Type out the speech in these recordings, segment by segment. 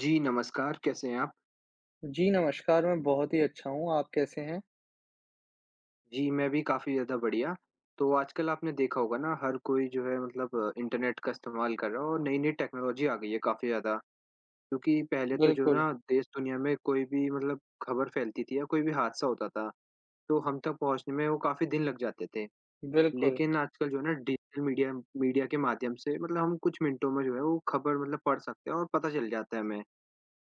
जी, नमस्कार, कैसे हैं आप? जी, नमस्कार, मैं बहुत ही अच्छा हूँ, आप कैसे हैं? जी, मैं भी काफ़ी ज़्यादा बढ़िया। तो आजकल आपने देखा होगा ना हर कोई जो है मतलब इंटरनेट का इस्तेमाल कर रहा है और नई-नई टेक्नोलॉजी आ गई है काफ़ी ज़्यादा। क्योंकि पहले तो जो बिल्कुल, ना देश-दुनिया में कोई भी मतलब खबर फैलती थी या कोई भी हादसा होता था, तो हम तक पहुँचने में वो काफ़ी दिन लग जाते थे। बिल्कुल, लेकिन आजकल जो है ना डिजिटल मीडिया मीडिया के माध्यम से मतलब हम कुछ मिनटों में जो है वो खबर मतलब पढ़ सकते हैं और पता चल जाता है हमें।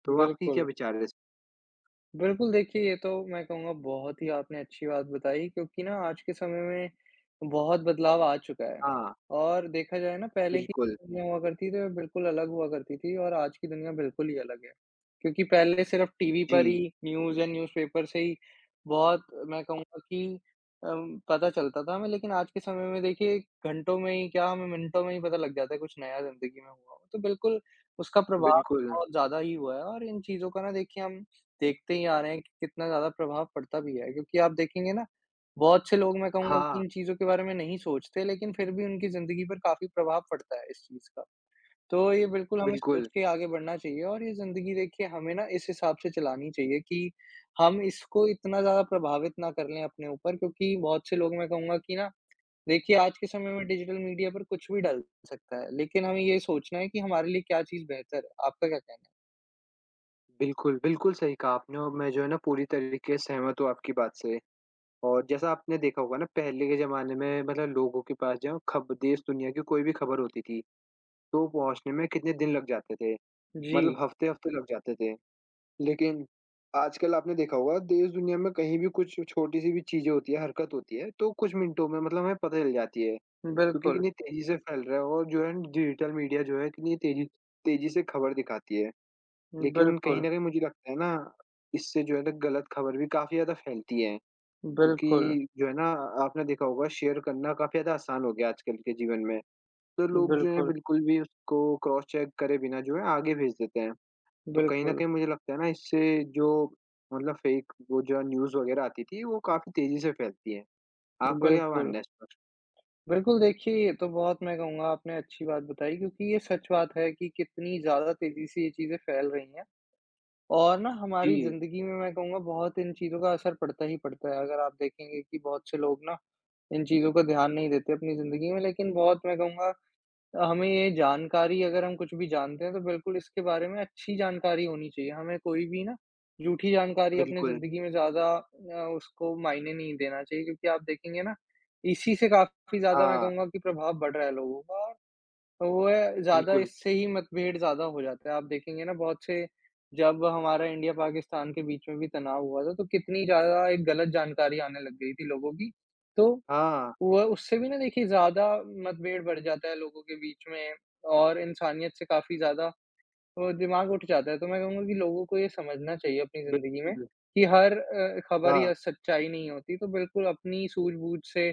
तो आपकी क्या बिल्कुल। विचार है इस। बिल्कुल, देखिए ये तो मैं कहूँगा बहुत ही आपने अच्छी बात बताई, क्योंकि ना आज के समय में बहुत बदलाव आ चुका है। हाँ, और देखा जाए ना, पहले की बिल्कुल। दुनिया हुआ करती थी वो बिल्कुल अलग हुआ करती थी और आज की दुनिया बिल्कुल ही अलग है। क्योंकि पहले सिर्फ़ टीवी पर ही जी, न्यूज़ या न्यूज़पेपर से ही बहुत, मैं कहूँगा कि पता चलता था हमें, लेकिन आज के समय में देखिए घंटों में ही क्या, हमें मिनटों में ही पता लग जाता है कुछ नया ज़िंदगी में हुआ हो। तो बिल्कुल उसका प्रभाव तो बिल्कुल। बहुत ज़्यादा ही हुआ है, और इन चीज़ों का ना देखिए हम देखते ही आ रहे हैं कि कितना ज़्यादा प्रभाव पड़ता भी है। क्योंकि आप देखेंगे ना, बहुत से लोग मैं कहूँगा कि हाँ। इन चीज़ों के बारे में नहीं सोचते, लेकिन फिर भी उनकी ज़िंदगी पर काफ़ी प्रभाव पड़ता है इस चीज़ का। तो ये बिल्कुल हमें सोच बिल्कुल, के आगे बढ़ना चाहिए, और ये ज़िंदगी देखिए हमें ना इस हिसाब से चलानी चाहिए कि हम इसको इतना ज़्यादा प्रभावित ना कर लें अपने ऊपर, क्योंकि बहुत से लोग मैं कहूँगा कि ना, देखिए आज के समय में डिजिटल मीडिया पर कुछ भी डल सकता है, लेकिन हमें ये सोचना है कि हमारे लिए क्या चीज़ बेहतर है। आपका क्या कहना बिल्कुल, बिल्कुल सही कहा आपने और मैं जो है ना पूरी तरीके से सहमत हूँ आपकी बात से। और जैसा आपने देखा होगा ना पहले के ज़माने में मतलब लोगों के पास जो खब देश दुनिया की कोई भी खबर होती थी, तो पहुँचने में कितने दिन लग जाते थे, है? जी, मतलब हफ्ते-हफ्ते लग जाते थे। लेकिन आजकल आपने देखा होगा देश दुनिया में कहीं भी कुछ छोटी-सी भी चीज़ें होती है, हरकत होती है, तो कुछ मिनटों में मतलब हमें पता चल जाती है, क्योंकि बिल्कुल, कितनी तेज़ी से फैल रहा है और जो है डिजिटल मीडिया जो है कितनी तेज़ी तेज़ी से खबर दिखाती है। लेकिन कहीं बिल्कुल। न कहीं मुझे लगता है ना, इससे जो है ना गलत खबर भी काफ़ी ज़्यादा फैलती है, बिल्कुल, क्योंकि जो है ना आपने देखा होगा शेयर करना काफ़ी ज़्यादा आसान हो गया आजकल के जीवन में। तो लोग जो है बिल्कुल, बिल्कुल भी उसको क्रॉस चेक करे बिना जो है आगे भेज देते हैं। तो कहीं न बिल्कुल, कहीं मुझे लगता है ना इससे जो मतलब फेक वो जो न्यूज़ वग़ैरह आती थी वो काफ़ी तेज़ी से फैलती है। आपका क्या बिल्कुल। मानना है इस पर? बिल्कुल, देखिए ये तो बहुत मैं कहूँगा आपने अच्छी बात बताई, क्योंकि ये सच बात है कि कितनी ज़्यादा तेज़ी से ये चीज़ें फैल रही हैं, और ना हमारी जी, ज़िंदगी में मैं कहूँगा बहुत इन चीज़ों का असर पड़ता ही पड़ता है। अगर आप देखेंगे कि बहुत से लोग ना इन चीज़ों का ध्यान नहीं देते अपनी ज़िंदगी में, लेकिन बहुत मैं कहूँगा हमें ये जानकारी अगर हम कुछ भी जानते हैं तो बिल्कुल इसके बारे में अच्छी जानकारी होनी चाहिए। हमें कोई भी ना झूठी जानकारी अपनी बिल्कुल। ज़िंदगी में ज़्यादा उसको मायने नहीं देना चाहिए, क्योंकि आप देखेंगे ना, इसी से काफ़ी ज़्यादा मैं हाँ, कहूँगा कि प्रभाव बढ़ रहा है लोगों का, और वो है ज़्यादा, बिल्कुल। इससे ही मतभेद ज़्यादा हो जाता है। आप देखेंगे ना, बहुत से, जब हमारा इंडिया पाकिस्तान के बीच में भी तनाव हुआ था तो कितनी ज़्यादा एक गलत जानकारी आने लग गई थी लोगों की। तो हाँ, वो उससे भी ना देखिए ज़्यादा मतभेद बढ़ जाता है लोगों के बीच में, और इंसानियत से काफ़ी ज़्यादा वो दिमाग उठ जाता है। तो मैं कहूँगा कि लोगों को ये समझना चाहिए अपनी ज़िंदगी में बिल्कुल। कि हर खबर हाँ। या सच्चाई नहीं होती, तो बिल्कुल अपनी सूझबूझ से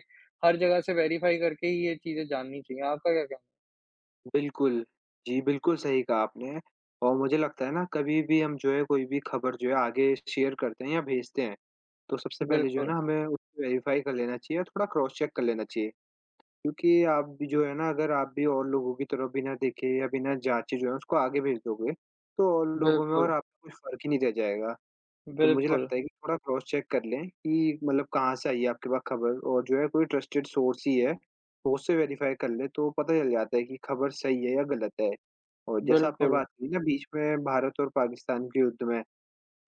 हर जगह से वेरीफ़ाई करके ही ये चीज़ें जाननी चाहिए। आपका क्या कहना बिल्कुल। जी, बिल्कुल सही कहा आपने और मुझे लगता है ना कभी भी हम जो है कोई भी खबर जो है आगे शेयर करते हैं या भेजते हैं, तो सबसे है? पहले जो है बिल्कुल, ना हमें उसको वेरीफ़ाई कर लेना चाहिए और थोड़ा क्रॉस चेक कर लेना चाहिए। क्योंकि आप भी जो है ना अगर आप भी और लोगों की तरफ बिना देखे या बिना जाँचे जो है उसको आगे भेज दोगे, तो और लोगों में बिल्कुल, और आपको कुछ फ़र्क ही नहीं रह जाएगा। तो मुझे बिल्कुल, लगता है कि थोड़ा क्रॉस चेक कर लें कि मतलब कहाँ से आई है आपके पास खबर और जो है कोई ट्रस्टेड सोर्स ही है, तो उससे वेरीफाई कर लें तो पता चल जाता है कि खबर सही है या गलत है। और जैसा आपने बिल्कुल। बात की ना बीच में भारत और पाकिस्तान के युद्ध में,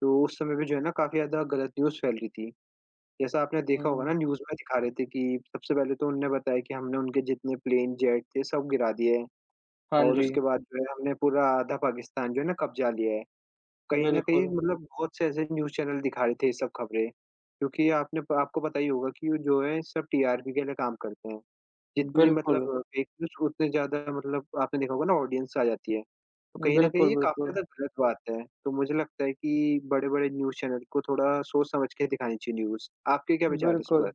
तो उस समय भी जो है ना काफ़ी ज़्यादा गलत न्यूज़ फैल रही थी। जैसा आपने देखा होगा हुँ। ना न्यूज़ में दिखा रहे थे कि सबसे पहले तो उन्होंने बताया कि हमने उनके जितने प्लेन, जेट थे सब गिरा दिए हैं हाँ और जी, उसके बाद जो है हमने पूरा आधा पाकिस्तान जो है ना कब्जा लिया है। कहीं न कहीं बिल्कुल, मतलब बहुत से ऐसे न्यूज़ चैनल दिखा रहे थे ये सब खबरें, क्योंकि आपने प आपको पता ही होगा कि जो है सब टीआरपी के लिए काम करते हैं। जितनी बिल्कुल, मतलब फेक न्यूज़ उतने ज़्यादा मतलब आपने देखा होगा ना ऑडियंस आ जाती है। तो कहीं न कहीं बिल्कुल, ये काफ़ी बिल्कुल, ज़्यादा गलत बात है, तो मुझे लगता है कि बड़े-बड़े न्यूज़ चैनल को थोड़ा सोच समझ के दिखानी चाहिए न्यूज़। आपके क्या विचार इस बिल्कुल। पर?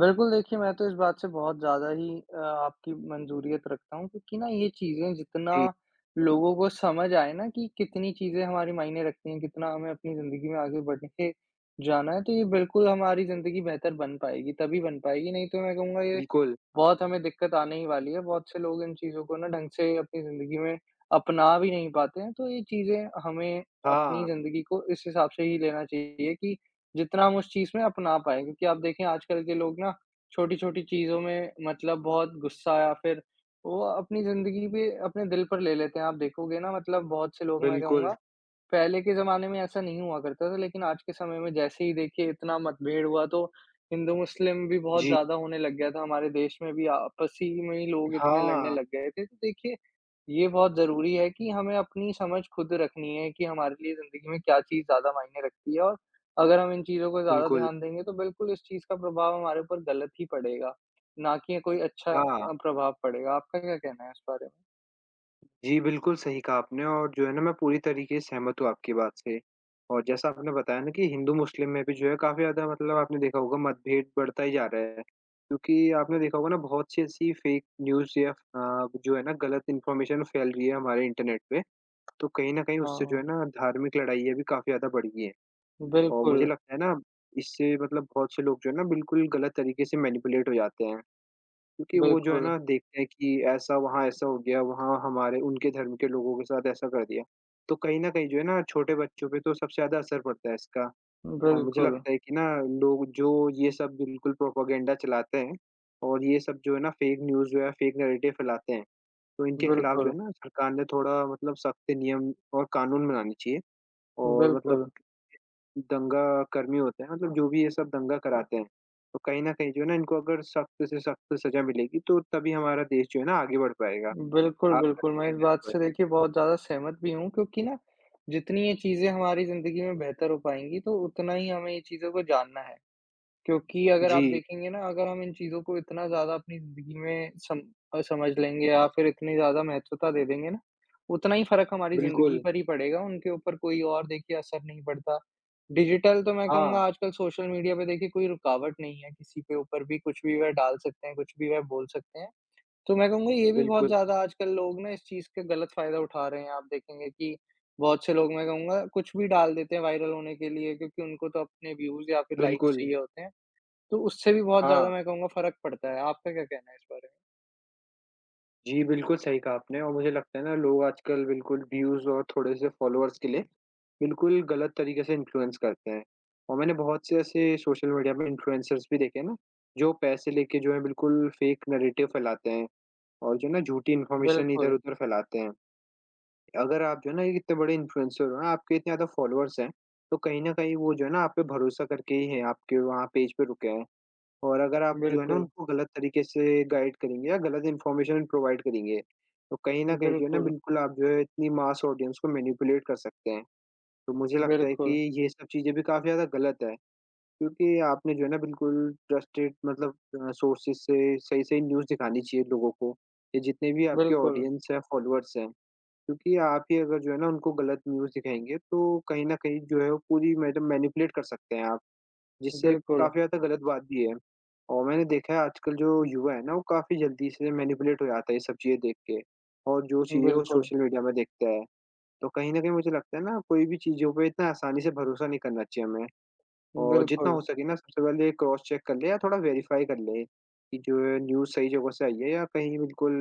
बिल्कुल, देखिए मैं तो इस बात से बहुत ज़्यादा ही आपकी मंज़ूरियत रखता हूँ, क्योंकि ना ये चीज़ें जितना जी, लोगों को समझ आए ना कि कितनी चीज़ें हमारी मायने रखती हैं, कितना हमें अपनी ज़िंदगी में आगे बढ़ के जाना है, तो ये बिल्कुल हमारी ज़िंदगी बेहतर बन पाएगी, तभी बन पाएगी, नहीं तो मैं कहूँगा ये बिल्कुल। बहुत हमें दिक्कत आने ही वाली है, बहुत से लोग इन चीज़ों को ना ढंग से अपनी ज़िंदगी में अपना भी नहीं पाते हैं, तो ये चीज़ें हमें अपनी हाँ, ज़िंदगी को इस हिसाब से ही लेना चाहिए कि जितना हम उस चीज़ में अपना पाएँ। क्योंकि आप देखें आजकल के लोग ना, छोटी-छोटी चीज़ों में मतलब बहुत गुस्सा, या फिर वो अपनी ज़िंदगी पे अपने दिल पर ले लेते हैं। आप देखोगे ना, मतलब बहुत से लोग, मैं बिल्कुल। कहूँगा पहले के ज़माने में ऐसा नहीं हुआ करता था, लेकिन आज के समय में जैसे ही देखिए इतना मतभेद हुआ तो हिंदू-मुस्लिम भी बहुत जी। ज़्यादा होने लग गया था, हमारे देश में भी आपसी में ही लोग इतने लड़ने हाँ, लग गए थे। तो देखिए, ये बहुत ज़रूरी है कि हमें अपनी समझ खुद रखनी है कि हमारे लिए ज़िंदगी में क्या चीज़ ज़्यादा मायने रखती है, और अगर हम इन चीज़ों को ज़्यादा बिल्कुल। ध्यान देंगे तो बिल्कुल इस चीज़ का प्रभाव हमारे ऊपर गलत ही पड़ेगा, ना कि कोई अच्छा हाँ। प्रभाव पड़ेगा। आपका क्या कहना है इस बारे में? जी, बिल्कुल सही कहा आपने और जो है ना मैं पूरी तरीके से सहमत हूँ आपकी बात से। और जैसा आपने बताया ना कि हिंदू-मुस्लिम में भी जो है काफ़ी ज़्यादा मतलब आपने देखा होगा मतभेद बढ़ता ही जा रहा है। क्योंकि आपने देखा होगा ना बहुत सी ऐसी फेक न्यूज़ या जो है ना गलत इन्फॉर्मेशन फैल रही है हमारे इंटरनेट पे, तो कहीं न कहीं उससे जो हाँ, है ना धार्मिक लड़ाइयाँ भी काफ़ी ज़्यादा बढ़ गई हैं। और मुझे बिल्कुल, लगता है ना इससे मतलब बहुत से लोग जो है ना बिल्कुल गलत तरीके से मैनिपुलेट हो जाते हैं। क्योंकि वो जो है बिल्कुल, ना देखते हैं कि ऐसा वहाँ ऐसा हो गया, वहाँ हमारे उनके धर्म के लोगों के साथ ऐसा कर दिया। तो कहीं न कहीं जो है ना छोटे बच्चों पे तो सबसे ज़्यादा असर पड़ता है इसका। और मुझे बिल्कुल। लगता है कि ना लोग जो ये सब बिल्कुल प्रोपेगेंडा चलाते हैं और ये सब जो है ना फेक न्यूज़ जो है फेक नैरेटिव फैलाते हैं। तो इनके खिलाफ जो बिल्कुल, है ना सरकार ने थोड़ा मतलब सख्त नियम और कानून बनाने चाहिए। और मतलब बिल्कुल। दंगा कर्मी होते हैं मतलब जो भी ये सब दंगा कराते हैं, तो कहीं न कहीं जो है ना इनको अगर सख्त से सख्त सज़ा मिलेगी तो तभी हमारा देश जो है ना आगे बढ़ पाएगा। बिल्कुल, आपका बिल्कुल, क्या मैं इस कहना है इस बात पर? से देखिए बहुत ज़्यादा सहमत भी हूँ, क्योंकि ना जितनी ये चीज़ें हमारी ज़िंदगी में बेहतर हो पाएँगी तो उतना ही हमें ये चीज़ों को जानना है। क्योंकि अगर आप जी, देखेंगे ना, अगर हम इन चीज़ों को इतना ज़्यादा अपनी ज़िंदगी में समझ लेंगे या फिर इतनी ज़्यादा महत्वता दे देंगे ना, उतना ही फ़र्क हमारी ज़िंदगी बिल्कुल। पर ही पड़ेगा, उनके ऊपर कोई और देखिए असर नहीं पड़ता। डिजिटल, तो मैं कहूँगा हाँ, आजकल सोशल मीडिया पे देखिए कोई रुकावट नहीं है, किसी के ऊपर भी कुछ भी वह डाल सकते हैं, कुछ भी वह बोल सकते हैं। तो मैं कहूँगा ये भी बहुत बिल्कुल, ज़्यादा आजकल लोग ना इस चीज़ का गलत फ़ायदा उठा रहे हैं। आप देखेंगे कि बहुत से लोग, मैं कहूँगा कुछ भी डाल देते हैं वायरल होने के लिए, क्योंकि उनको तो अपने व्यूज़ या फिर लाइक्स बिल्कुल। चाहिए होते हैं। तो उससे भी बहुत ज़्यादा हाँ, मैं कहूँगा फ़र्क पड़ता है। आपका क्या कहना है इस बारे जी, बिल्कुल सही कहा आपने और मुझे लगता है ना लोग आजकल बिल्कुल व्यूज़ और थोड़े से फॉलोअर्स के लिए बिल्कुल गलत तरीके से इन्फ्लुएंस करते हैं। और मैंने बहुत से ऐसे सोशल मीडिया में इन्फ्लुएंसर्स भी देखे हैं ना, जो पैसे लेके जो है बिल्कुल फेक नैरेटिव फैलाते हैं। और जो ना झूठी में? इन्फॉर्मेशन बिल्कुल, इधर-उधर फैलाते हैं। अगर आप जो है ना एक इतने बड़े इन्फ्लुएंसर हो ना, आपके इतने ज़्यादा फॉलोअर्स हैं, तो कहीं न कहीं वो जो है ना आप पे भरोसा करके ही हैं, आपके वहाँ पेज पे रुके हैं। और अगर आप जो है ना बिल्कुल, उनको गलत तरीके से गाइड करेंगे या गलत इन्फॉर्मेशन प्रोवाइड करेंगे, तो कहीं न कहीं जो है ना बिल्कुल, बिल्कुल आप जो है इतनी मास ऑडियंस को मैनिपुलेट कर सकते हैं। तो मुझे लगता है कि बिल्कुल, ये सब चीज़ें भी काफ़ी ज़्यादा गलत है। क्योंकि आपने जो है ना बिल्कुल ट्रस्टेड मतलब सोर्सेस से सही-सही न्यूज़ दिखानी चाहिए लोगों को, या जितने भी आपके बिल्कुल, ऑडियंस है, फॉलोअर्स हैं। क्योंकि आप ही अगर जो है ना उनको गलत न्यूज़ दिखाएँगे तो कहीं न कहीं जो है वो पूरी मैडम मैनिपुलेट कर सकते हैं आप, जिससे बिल्कुल, काफ़ी ज़्यादा गलत बात भी है। और मैंने देखा है आजकल जो युवा है ना वो काफ़ी जल्दी से मैनिपुलेट हो जाता है ये सब चीज़ें देख के, और जो चीज़ें वो बिल्कुल, सोशल मीडिया में देखता है। तो कहीं न कहीं मुझे लगता है ना कोई भी चीज़ों पे इतना आसानी से भरोसा नहीं करना चाहिए हमें। और जितना बिल्कुल, हो सके ना सबसे पहले क्रॉस चेक कर ले या थोड़ा वेरीफाई कर ले कि जो है न्यूज़ सही जगह से आई है या कहीं बिल्कुल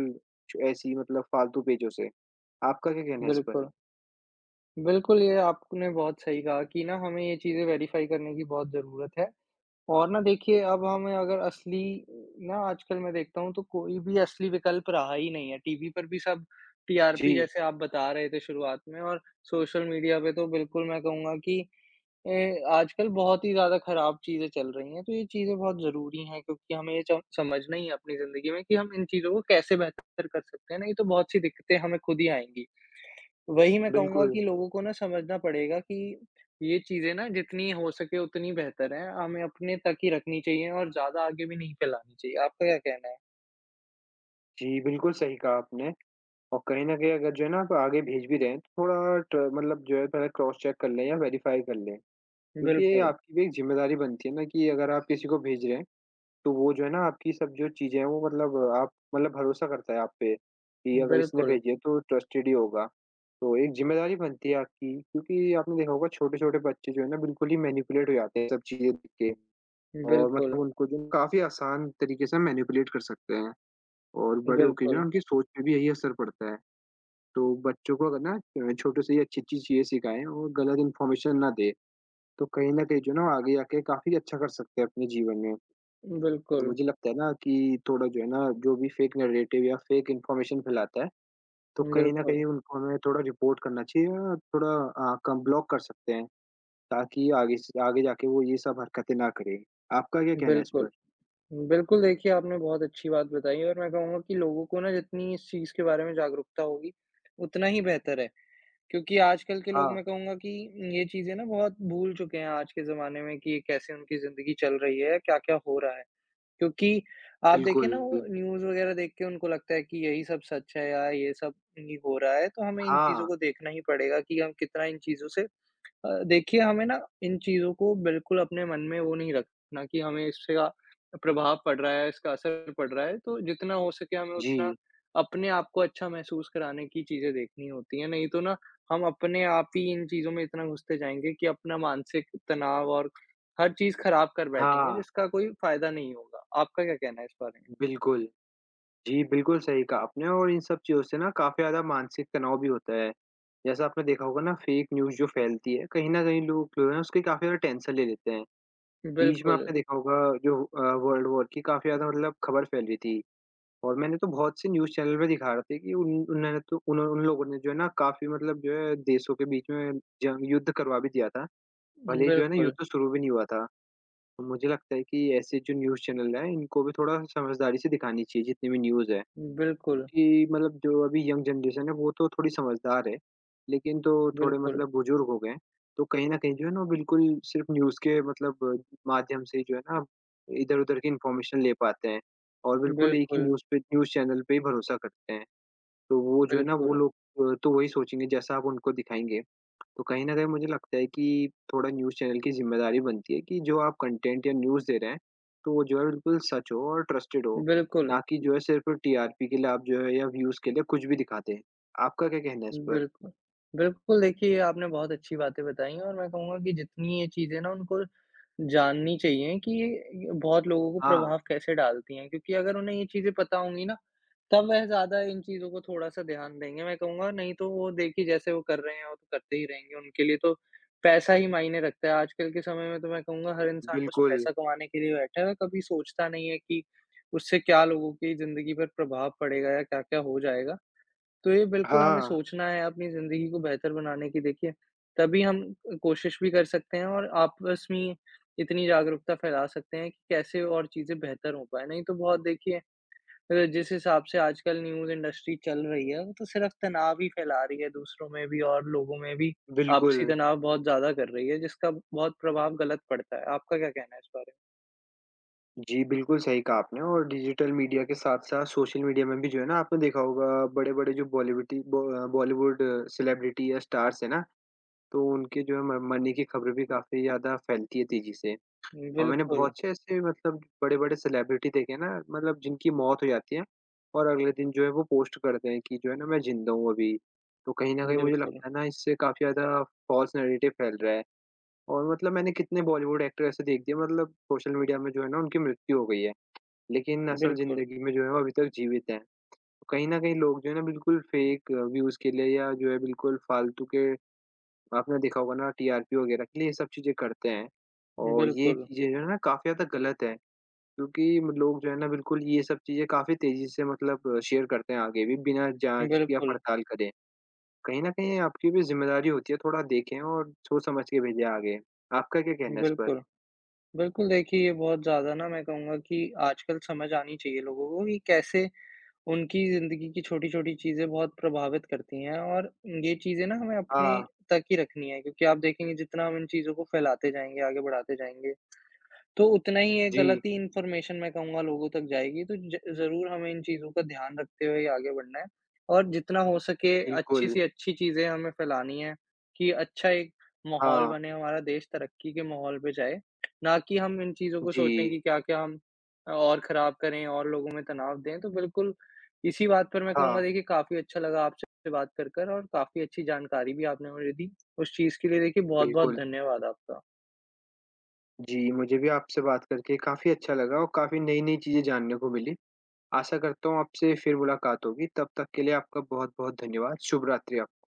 ऐसी मतलब फालतू पेजों से। आपका क्या कहना है इस पर? बिल्कुल। बिल्कुल, ये आपने बहुत सही कहा कि ना हमें ये चीज़ें वेरीफ़ाई करने की बहुत ज़रूरत है। और ना देखिए, अब हमें अगर असली, ना आजकल मैं देखता हूँ तो कोई भी असली विकल्प रहा ही नहीं है। टीवी पर भी सब टीआरपी, जी, जैसे आप बता रहे थे शुरुआत में, और सोशल मीडिया पे तो बिल्कुल मैं कहूँगा कि आजकल बहुत ही ज़्यादा ख़राब चीज़ें चल रही हैं। तो ये चीज़ें बहुत ज़रूरी हैं, क्योंकि हमें ये च समझना ही है अपनी ज़िंदगी में कि हम इन चीज़ों को कैसे बेहतर कर सकते हैं, नहीं तो बहुत सी दिक्कतें हमें खुद ही आएँगी। वही मैं कहूँगा बिल्कुल। कि लोगों को ना समझना पड़ेगा कि ये चीज़ें ना जितनी हो सके उतनी बेहतर है, हमें अपने तक ही रखनी चाहिए और ज़्यादा आगे भी नहीं फैलानी चाहिए। आपका क्या कहना है? जी, बिल्कुल सही कहा आपने और कहीं न कहीं अगर जो है ना आप आगे भेज भी रहे हैं तो थोड़ा ट मतलब जो है पहले क्रॉस चेक कर लें या वेरीफाई कर लें। क्योंकि ये बिल्कुल, आपकी भी एक ज़िम्मेदारी बनती है ना कि अगर आप किसी को भेज रहे हैं तो वो जो है ना आपकी सब जो चीज़ें हैं वो मतलब आप मतलब भरोसा करता है आप पे, कि अगर इसने बिल्कुल, भेजी है तो ट्रस्टेड ही होगा। तो एक ज़िम्मेदारी बनती है आपकी क्योंकि आपने देखा होगा छोटे-छोटे बच्चे जो है ना बिल्कुल ही मैनिपुलेट हो जाते हैं सब चीज़ें देख के और बिल्कुल, मतलब उनको जो काफ़ी आसान तरीके से मैनिपुलेट कर सकते हैं और बड़े होके जो है बिल्कुल, उनकी सोच पे भी यही असर पड़ता है। तो बच्चों को अगर ना छोटे से ही अच्छी-अच्छी चीज़ें सिखाएँ और गलत इन्फॉर्मेशन ना दें, तो कहीं न कहीं जो है ना वो आगे जाके काफ़ी अच्छा कर सकते हैं अपने जीवन में। तो बिल्कुल, मुझे लगता है ना कि थोड़ा जो है ना, जो भी फेक नैरेटिव या फेक इन्फॉर्मेशन फैलाता है, तो कहीं न बिल्कुल, कहीं उनको हमें थोड़ा रिपोर्ट करना चाहिए या थोड़ा कम ब्लॉक कर सकते हैं, ताकि आगे से आगे जाके वो ये सब हरकतें ना करे। आपका क्या कहना है इस बिल्कुल। पर? बिल्कुल, देखिए आपने बहुत अच्छी बात बताई, और मैं कहूँगा कि लोगों को ना जितनी इस चीज़ के बारे में जागरूकता होगी, उतना ही बेहतर है। क्योंकि आजकल के लोग हाँ, मैं कहूँगा कि ये चीज़ें ना बहुत भूल चुके हैं आज के ज़माने में कि ये कैसे उनकी ज़िंदगी चल रही है, क्या-क्या हो रहा है। क्योंकि आप देखें ना, वो बिल्कुल। न्यूज़ वग़ैरह देख के उनको लगता है कि यही सब सच है या ये सब ही हो रहा है, तो हमें इन चीज़ों हाँ, को देखना ही पड़ेगा कि हम कितना इन चीज़ों से, देखिए हमें ना इन चीज़ों को बिल्कुल अपने मन में वो नहीं रखना कि हमें इसका प्रभाव पड़ रहा है, इसका असर पड़ रहा है, तो जितना हो सके हमें उतना जी। अपने आप को अच्छा महसूस कराने की चीज़ें देखनी होती हैं, नहीं तो ना हम अपने आप ही इन चीज़ों में इतना घुसते जाएँगे कि अपना मानसिक तनाव और हर चीज़ खराब कर बैठेंगे, हाँ, जिसका कोई फ़ायदा नहीं होगा। आपका क्या कहना है इस बारे में? बिल्कुल। जी, बिल्कुल सही कहा आपने और इन सब चीज़ों से ना काफ़ी ज़्यादा मानसिक तनाव भी होता है। जैसा आपने देखा होगा ना फेक न्यूज़ जो फैलती है, कहीं न कहीं लोग जो है उसकी काफ़ी ज़्यादा टेंशन ले लेते हैं। बीच में बिल्कुल, आपने देखा होगा जो वर्ल्ड वॉर की काफ़ी ज़्यादा मतलब खबर फैल रही थी और मैंने तो बहुत से न्यूज़ चैनल पे दिखा रहे थे कि उन उन्होंने तो उन उन लोगों ने जो है ना काफ़ी मतलब जो है देशों के बीच में जंग युद्ध करवा भी दिया था। भले ही जो है ना बिल्कुल, युद्ध तो शुरू भी नहीं हुआ था। तो मुझे लगता है कि ऐसे जो न्यूज़ चैनल हैं इनको भी थोड़ा समझदारी से दिखानी चाहिए जितनी भी न्यूज़ है। बिल्कुल, क्योंकि मतलब जो अभी यंग जनरेशन है वो तो थोड़ी समझदार है, लेकिन जो थोड़े बिल्कुल, मतलब बुजुर्ग हो गए हैं, तो कहीं न कहीं जो है ना वो बिल्कुल सिर्फ़ न्यूज़ के मतलब माध्यम से ही जो है ना इधर-उधर की इन्फॉर्मेशन ले पाते हैं और बिल्कुल एक ही बिल्कुल, न्यूज़ पे न्यूज़ चैनल पे ही भरोसा करते हैं। तो वो जो है ना वो बिल्कुल, लोग तो वही सोचेंगे जैसा आप उनको दिखाएँगे। तो कहीं न कहीं मुझे लगता है कि थोड़ा न्यूज़ चैनल की ज़िम्मेदारी बनती है कि जो आप कंटेंट या न्यूज़ दे रहे हैं, तो वो जो है बिल्कुल सच हो और ट्रस्टेड हो, बिल्कुल। ना कि जो है सिर्फ़ टीआरपी के लिए आप जो है या व्यूज़ के लिए कुछ भी दिखाते हैं। आपका क्या कहना है इस पर? बिल्कुल। बिल्कुल, देखिए आपने बहुत अच्छी बातें बताई हैं, और मैं कहूँगा कि जितनी ये चीज़ें ना उनको जाननी चाहिए कि ये बहुत लोगों को हाँ, प्रभाव कैसे डालती हैं, क्योंकि अगर उन्हें ये चीज़ें पता होंगी ना, तब वह ज़्यादा इन चीज़ों को थोड़ा-सा ध्यान देंगे। मैं कहूँगा नहीं तो वो देखिए जैसे वो कर रहे हैं वो तो करते ही रहेंगे, उनके लिए तो पैसा ही मायने रखता है। आजकल के समय में तो मैं कहूँगा हर इंसान बस बिल्कुल। पैसा कमाने के लिए बैठा है, वह कभी सोचता नहीं है कि उससे क्या लोगों की ज़िंदगी पर प्रभाव पड़ेगा या क्या-क्या हो जाएगा। तो ये बिल्कुल हमें हाँ, सोचना है अपनी ज़िंदगी को बेहतर बनाने की, देखिए, तभी हम कोशिश भी कर सकते हैं और आपस में इतनी जागरूकता फैला सकते हैं कि कैसे और चीज़ें बेहतर हो पाएँ। नहीं तो बहुत देखिए, जिस हिसाब से आजकल न्यूज़ इंडस्ट्री चल रही है, वो तो सिर्फ़ तनाव ही फैला रही है दूसरों में भी और लोगों में भी, बिल्कुल। आपसी तनाव बहुत ज़्यादा कर रही है, जिसका बहुत प्रभाव गलत पड़ता है। आपका क्या कहना है इस बारे जी, बिल्कुल सही कहा आपने और डिजिटल मीडिया के साथ-साथ सोशल मीडिया में भी जो है ना आपने देखा होगा बड़े-बड़े जो बॉलीवुड सेलिब्रिटी या स्टार्स हैं ना, तो उनके जो है म मरने की खबरें भी काफ़ी ज़्यादा फैलती है तेज़ी से। में? और मैंने बिल्कुल, बहुत से ऐसे मतलब बड़े-बड़े सेलिब्रिटी देखे हैं ना मतलब जिनकी मौत हो जाती है और अगले दिन जो है वो पोस्ट करते हैं कि जो है ना मैं ज़िंदा हूँ अभी। तो कहीं न कहीं मुझे बिल्कुल, लगता है ना इससे काफ़ी ज़्यादा फ़ॉल्स नैरेटिव फैल रहा है। और मतलब मैंने कितने बॉलीवुड एक्टर ऐसे देख दिए मतलब सोशल मीडिया में जो है ना उनकी मृत्यु हो गई है। लेकिन असल बिल्कुल, ज़िंदगी में जो है वो अभी तक जीवित हैं। कहीं न कहीं लोग जो है ना बिल्कुल फेक व्यूज़ के लिए या जो है बिल्कुल फ़ालतू के आपने देखा होगा ना टीआरपी वगैरह के लिए ये सब चीज़ें करते हैं और ये बिल्कुल, चीज़ें जो है ना काफ़ी ज़्यादा गलत हैं क्योंकि लोग जो है ना बिल्कुल ये सब चीज़ें काफ़ी तेज़ी से मतलब शेयर करते हैं आगे भी बिना जाँच या बिल्कुल, पड़ताल करे। कहीं न कहीं आपकी भी ज़िम्मेदारी होती है थोड़ा देखें और सोच समझ के भेजें आगे। आपका क्या कहना है इस पर? बिल्कुल। बिल्कुल, देखिए ये बहुत ज़्यादा ना मैं कहूँगा कि आजकल समझ आनी चाहिए लोगों को कि कैसे उनकी ज़िंदगी की छोटी-छोटी चीज़ें बहुत प्रभावित करती हैं, और ये चीज़ें ना हमें अपने हाँ, तक ही रखनी है, क्योंकि आप देखेंगे जितना हम इन चीज़ों को फैलाते जाएँगे, आगे बढ़ाते जाएँगे तो उतना ही ये गलत जी, ही इन्फॉर्मेशन मैं कहूँगा लोगों तक जाएगी, तो ज ज़रूर हमें इन चीज़ों का ध्यान रखते हुए ही आगे बढ़ना है, और जितना हो सके अच्छी बिल्कुल। से अच्छी चीज़ें हमें फैलानी है कि अच्छा एक माहौल हाँ, बने, हमारा देश तरक्की के माहौल पे जाए, ना कि हम इन चीज़ों को सोचें जी, कि क्या-क्या हम और ख़राब करें और लोगों में तनाव दें। तो बिल्कुल, इसी बात पर मैं हाँ, कहूँगा देखिए काफ़ी अच्छा लगा आपसे बात कर और काफ़ी अच्छी जानकारी भी आपने मुझे दी। उस चीज़ के लिए देखिए बहुत-बहुत बिल्कुल। धन्यवाद आपका। जी, मुझे भी आपसे बात करके काफ़ी अच्छा लगा और काफ़ी नई-नई चीज़ें जानने को मिली। आशा करता हूँ आपसे फिर मुलाकात होगी, तब तक के लिए आपका बहुत-बहुत धन्यवाद। शुभ रात्रि आप